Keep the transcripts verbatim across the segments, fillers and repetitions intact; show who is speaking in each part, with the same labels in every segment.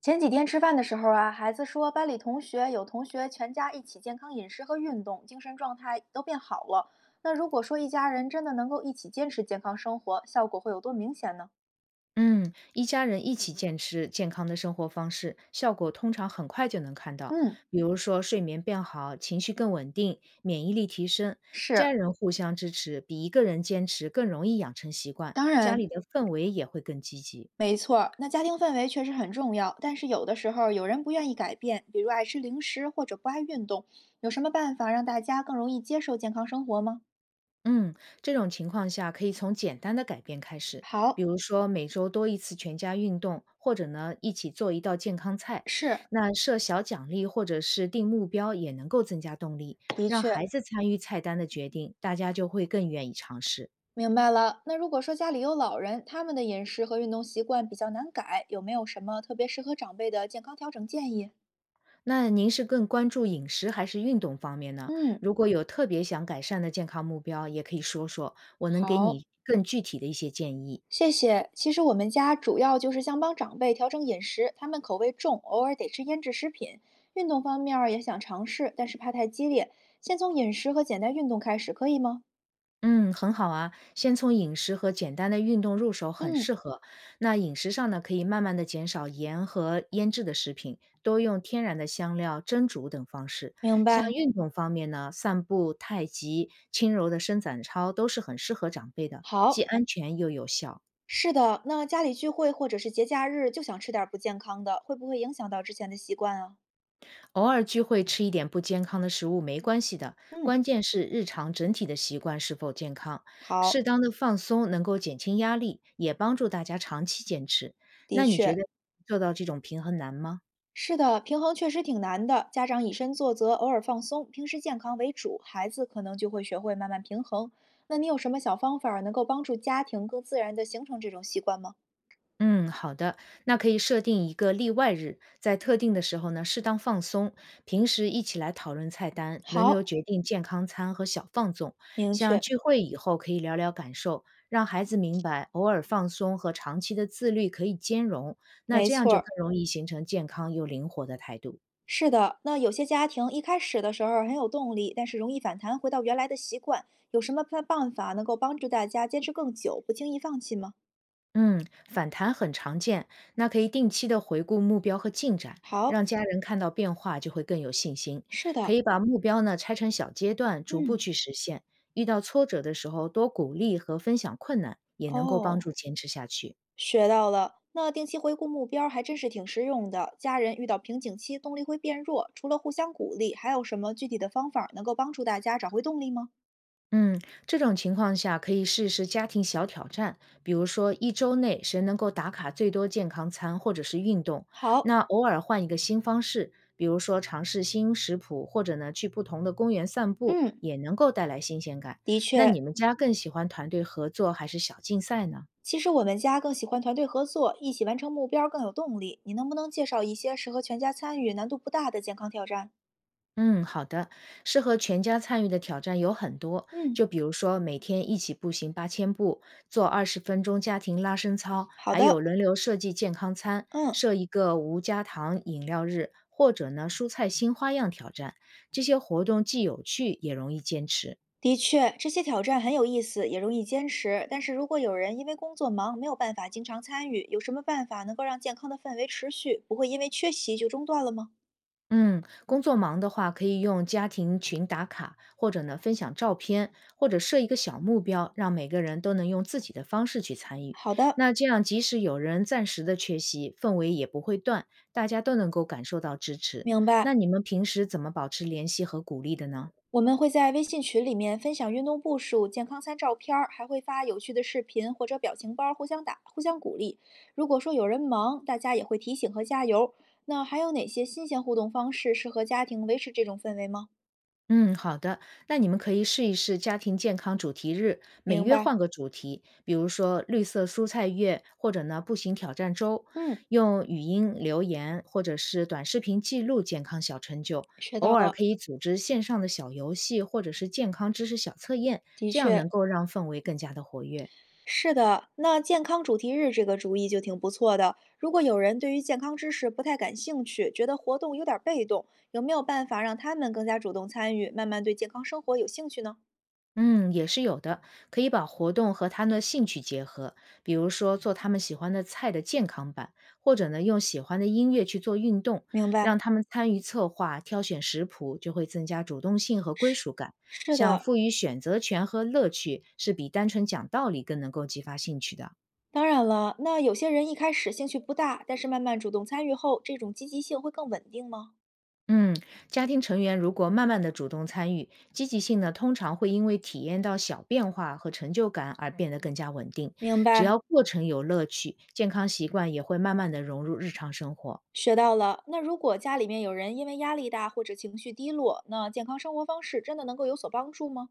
Speaker 1: 前几天吃饭的时候啊，孩子说班里同学有同学全家一起健康饮食和运动，精神状态都变好了。那如果说一家人真的能够一起坚持健康生活，效果会有多明显呢？
Speaker 2: 嗯，一家人一起坚持健康的生活方式，效果通常很快就能看到。
Speaker 1: 嗯，
Speaker 2: 比如说，睡眠变好，情绪更稳定，免疫力提升。
Speaker 1: 是，
Speaker 2: 家人互相支持，比一个人坚持更容易养成习惯，
Speaker 1: 当
Speaker 2: 家
Speaker 1: 然，
Speaker 2: 里的氛围也会更积极。
Speaker 1: 没错儿。那家庭氛围确实很重要，但是有的时候有人不愿意改变，比如爱吃零食或者不爱运动，有什么办法让大家更容易接受健康生活吗？
Speaker 2: 嗯，这种情况下可以从简单的改变开始，比
Speaker 1: 好，
Speaker 2: 如说每周多一次全家运动，或者呢一起做一道健康菜。
Speaker 1: 是，
Speaker 2: 那设小奖励或者是定目标也能够增加动力，
Speaker 1: 的
Speaker 2: 让
Speaker 1: 确，
Speaker 2: 孩子参与菜单的决定，大家就会更愿意尝试。
Speaker 1: 明白了。那如果说家里有老人，他们的饮食和运动习惯比较难改，有没有什么特别适合长辈的健康调整建议？
Speaker 2: 那您是更关注饮食还是运动方面呢？
Speaker 1: 嗯，
Speaker 2: 如果有特别想改善的健康目标，也可以说说，我能给
Speaker 1: 好，
Speaker 2: 你更具体的一些建议。
Speaker 1: 谢谢。其实我们家主要就是想帮长辈调整饮食，他们口味重，偶尔得吃腌制食品。运动方面儿也想尝试，但是怕太激烈，先从饮食和简单运动开始，可以吗？
Speaker 2: 嗯，很好啊，先从饮食和简单的运动入手很
Speaker 1: 嗯，
Speaker 2: 适合。那饮食上呢，可以慢慢的减少盐和腌制的食品，多用天然的香料、蒸煮等方式。
Speaker 1: 明
Speaker 2: 像
Speaker 1: 白。
Speaker 2: 运动方面呢，散步、太极、轻柔的伸展操都是很适合长辈的，既
Speaker 1: 好，
Speaker 2: 安全又有效。
Speaker 1: 是的。那家里聚会或者是节假日就想吃点儿不健康的，会不会影响到之前的习惯啊？
Speaker 2: 偶尔聚会吃一点不健康的食物没关系的，
Speaker 1: 嗯，
Speaker 2: 关键是日常整体的习惯是否健康。
Speaker 1: 好。
Speaker 2: 适当的放松能够减轻压力，也帮助大家长期坚持。
Speaker 1: 的
Speaker 2: 那你觉
Speaker 1: 确，
Speaker 2: 得做到这种平衡难吗？
Speaker 1: 是的，平衡确实挺难的。家长以身作则，偶尔放松，平时健康为主，孩子可能就会学会慢慢平衡。那你有什么小方法儿能够帮助家庭更自然地形成这种习惯吗？
Speaker 2: 嗯，好的，那可以设定一个例外日，在特定的时候呢，适当放松。平时一起来讨论菜单，轮流
Speaker 1: 好，
Speaker 2: 决定健康餐和小放纵。
Speaker 1: 明
Speaker 2: 像
Speaker 1: 确，
Speaker 2: 聚会以后可以聊聊感受，让孩子明白偶尔放松和长期的自律可以兼容。那
Speaker 1: 没
Speaker 2: 这样
Speaker 1: 错
Speaker 2: 就更
Speaker 1: 儿，
Speaker 2: 容易形成健康又灵活的态度。
Speaker 1: 是的。那有些家庭一开始的时候儿很有动力，但是容易反弹回到原来的习惯，有什么办办法能够帮助大家坚持更久，不轻易放弃吗？
Speaker 2: 嗯，反弹很常见，那可以定期的回顾目标和进展，
Speaker 1: 好，
Speaker 2: 让家人看到变化就会更有信心。
Speaker 1: 是
Speaker 2: 可
Speaker 1: 的，
Speaker 2: 以把目标呢拆成小阶段，逐步
Speaker 1: 嗯，
Speaker 2: 去实现。遇到挫折的时候，多鼓励和分享困难，也能够帮
Speaker 1: 哦。
Speaker 2: 助坚持下去。
Speaker 1: 学到了，那定期回顾目标还真是挺实用的。家人遇到瓶颈期，动力会变弱，除了互相鼓励，还有什么具体的方法能够帮助大家找回动力吗？
Speaker 2: 嗯，这种情况下可以试试家庭小挑战，比如说一周内谁能够打卡最多健康餐或者是运动，
Speaker 1: 好，
Speaker 2: 那偶尔换一个新方式，比如说尝试新食谱，或者呢去不同的公园散步，
Speaker 1: 嗯，
Speaker 2: 也能够带来新鲜感。
Speaker 1: 的
Speaker 2: 那
Speaker 1: 确，
Speaker 2: 你们家更喜欢团队合作还是小竞赛呢？
Speaker 1: 其实我们家更喜欢团队合作，一起完成目标更有动力。你能不能介绍一些适合全家参与、难度不大的健康挑战？
Speaker 2: 嗯，好的。适合全家参与的挑战有很多，
Speaker 1: 嗯，
Speaker 2: 就比如说每天一起步行八千步，做二十分钟家庭拉伸操，
Speaker 1: 好
Speaker 2: 还有
Speaker 1: 的，
Speaker 2: 轮流设计健康餐，
Speaker 1: 嗯。
Speaker 2: 设一个无加糖饮料日，或者呢蔬菜新花样挑战。这些活动既有趣也容易坚持。
Speaker 1: 的确，这些挑战很有意思，也容易坚持。但是如果有人因为工作忙，没有办法经常参与，有什么办法能够让健康的氛围持续，不会因为缺席就中断了吗？
Speaker 2: 嗯，工作忙的话，可以用家庭群打卡，或者呢分享照片，或者设一个小目标，让每个人都能用自己的方式去参与。
Speaker 1: 好的，
Speaker 2: 那这样，即使有人暂时的缺席，氛围也不会断，大家都能够感受到支持。
Speaker 1: 明白。
Speaker 2: 那你们平时怎么保持联系和鼓励的呢？
Speaker 1: 我们会在微信群里面分享运动步数、健康餐照片儿，还会发有趣的视频或者表情包，互相打、互相鼓励。如果说有人忙，大家也会提醒和加油。那还有哪些新鲜互动方式适合家庭维持这种氛围吗？
Speaker 2: 嗯，好的。那你们可以试一试家庭健康主题日，每
Speaker 1: 明
Speaker 2: 月
Speaker 1: 白，
Speaker 2: 换个主题，比如说绿色蔬菜月，或者呢步行挑战周，
Speaker 1: 嗯，
Speaker 2: 用语音留言或者是短视频记录健康小成就。
Speaker 1: 学到
Speaker 2: 偶尔
Speaker 1: 了，
Speaker 2: 可以组织线上的小游戏，或者是健康知识小测验，
Speaker 1: 的
Speaker 2: 这样
Speaker 1: 确。
Speaker 2: 能够让氛围更加的活跃。
Speaker 1: 是的，那健康主题日这个主意就挺不错的。如果有人对于健康知识不太感兴趣，觉得活动有点儿被动，有没有办法让他们更加主动参与，慢慢对健康生活有兴趣呢？
Speaker 2: 嗯，也是有的，可以把活动和他们的兴趣结合，比如说做他们喜欢的菜的健康版，或者呢用喜欢的音乐去做运动，
Speaker 1: 明
Speaker 2: 让
Speaker 1: 白，
Speaker 2: 他们参与策划、挑选食谱，就会增加主动性和归属感。
Speaker 1: 是
Speaker 2: 像
Speaker 1: 的，
Speaker 2: 赋予选择权和乐趣，是比单纯讲道理更能够激发兴趣的。
Speaker 1: 当然了，那有些人一开始兴趣不大，但是慢慢主动参与后，这种积极性会更稳定吗？
Speaker 2: 嗯，家庭成员如果慢慢的主动参与，积极性呢通常会因为体验到小变化和成就感而变得更加稳定。
Speaker 1: 明
Speaker 2: 只
Speaker 1: 白。
Speaker 2: 要过程有乐趣，健康习惯也会慢慢的融入日常生活。
Speaker 1: 学到了。那如果家里面有人因为压力大或者情绪低落，那健康生活方式真的能够有所帮助吗？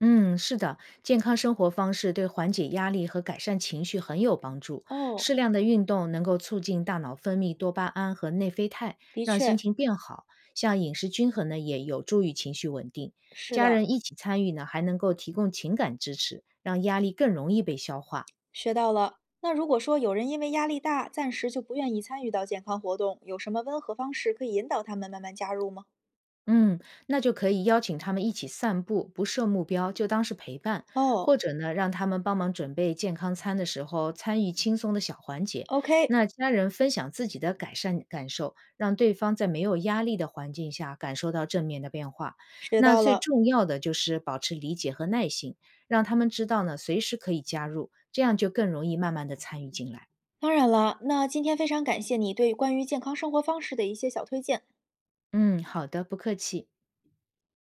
Speaker 2: 嗯，是的，健康生活方式对缓解压力和改善情绪很有帮助。
Speaker 1: 哦，
Speaker 2: 适量的运动能够促进大脑分泌多巴胺和内啡肽，
Speaker 1: 的
Speaker 2: 让心
Speaker 1: 确
Speaker 2: 情变好。像饮食均衡呢，也有助于情绪稳定。
Speaker 1: 是
Speaker 2: 家
Speaker 1: 的。
Speaker 2: 人一起参与呢，还能够提供情感支持，让压力更容易被消化。
Speaker 1: 学到了。那如果说有人因为压力大，暂时就不愿意参与到健康活动，有什么温和方式可以引导他们慢慢加入吗？
Speaker 2: 嗯，那就可以邀请他们一起散步，不设目标，就当是陪伴，或
Speaker 1: 哦
Speaker 2: 者呢，让他们帮忙准备健康餐的时候，参与轻松的小环节。
Speaker 1: ，OK，
Speaker 2: 那家人分享自己的改善感受，让对方在没有压力的环境下感受到正面的变化。
Speaker 1: 学
Speaker 2: 那
Speaker 1: 到
Speaker 2: 最
Speaker 1: 了。
Speaker 2: 重要的就是保持理解和耐心，让他们知道呢，随时可以加入，这样就更容易慢慢的参与进来。
Speaker 1: 当然了，那今天非常感谢你对关于健康生活方式的一些小推荐。
Speaker 2: 嗯，好的，不客气。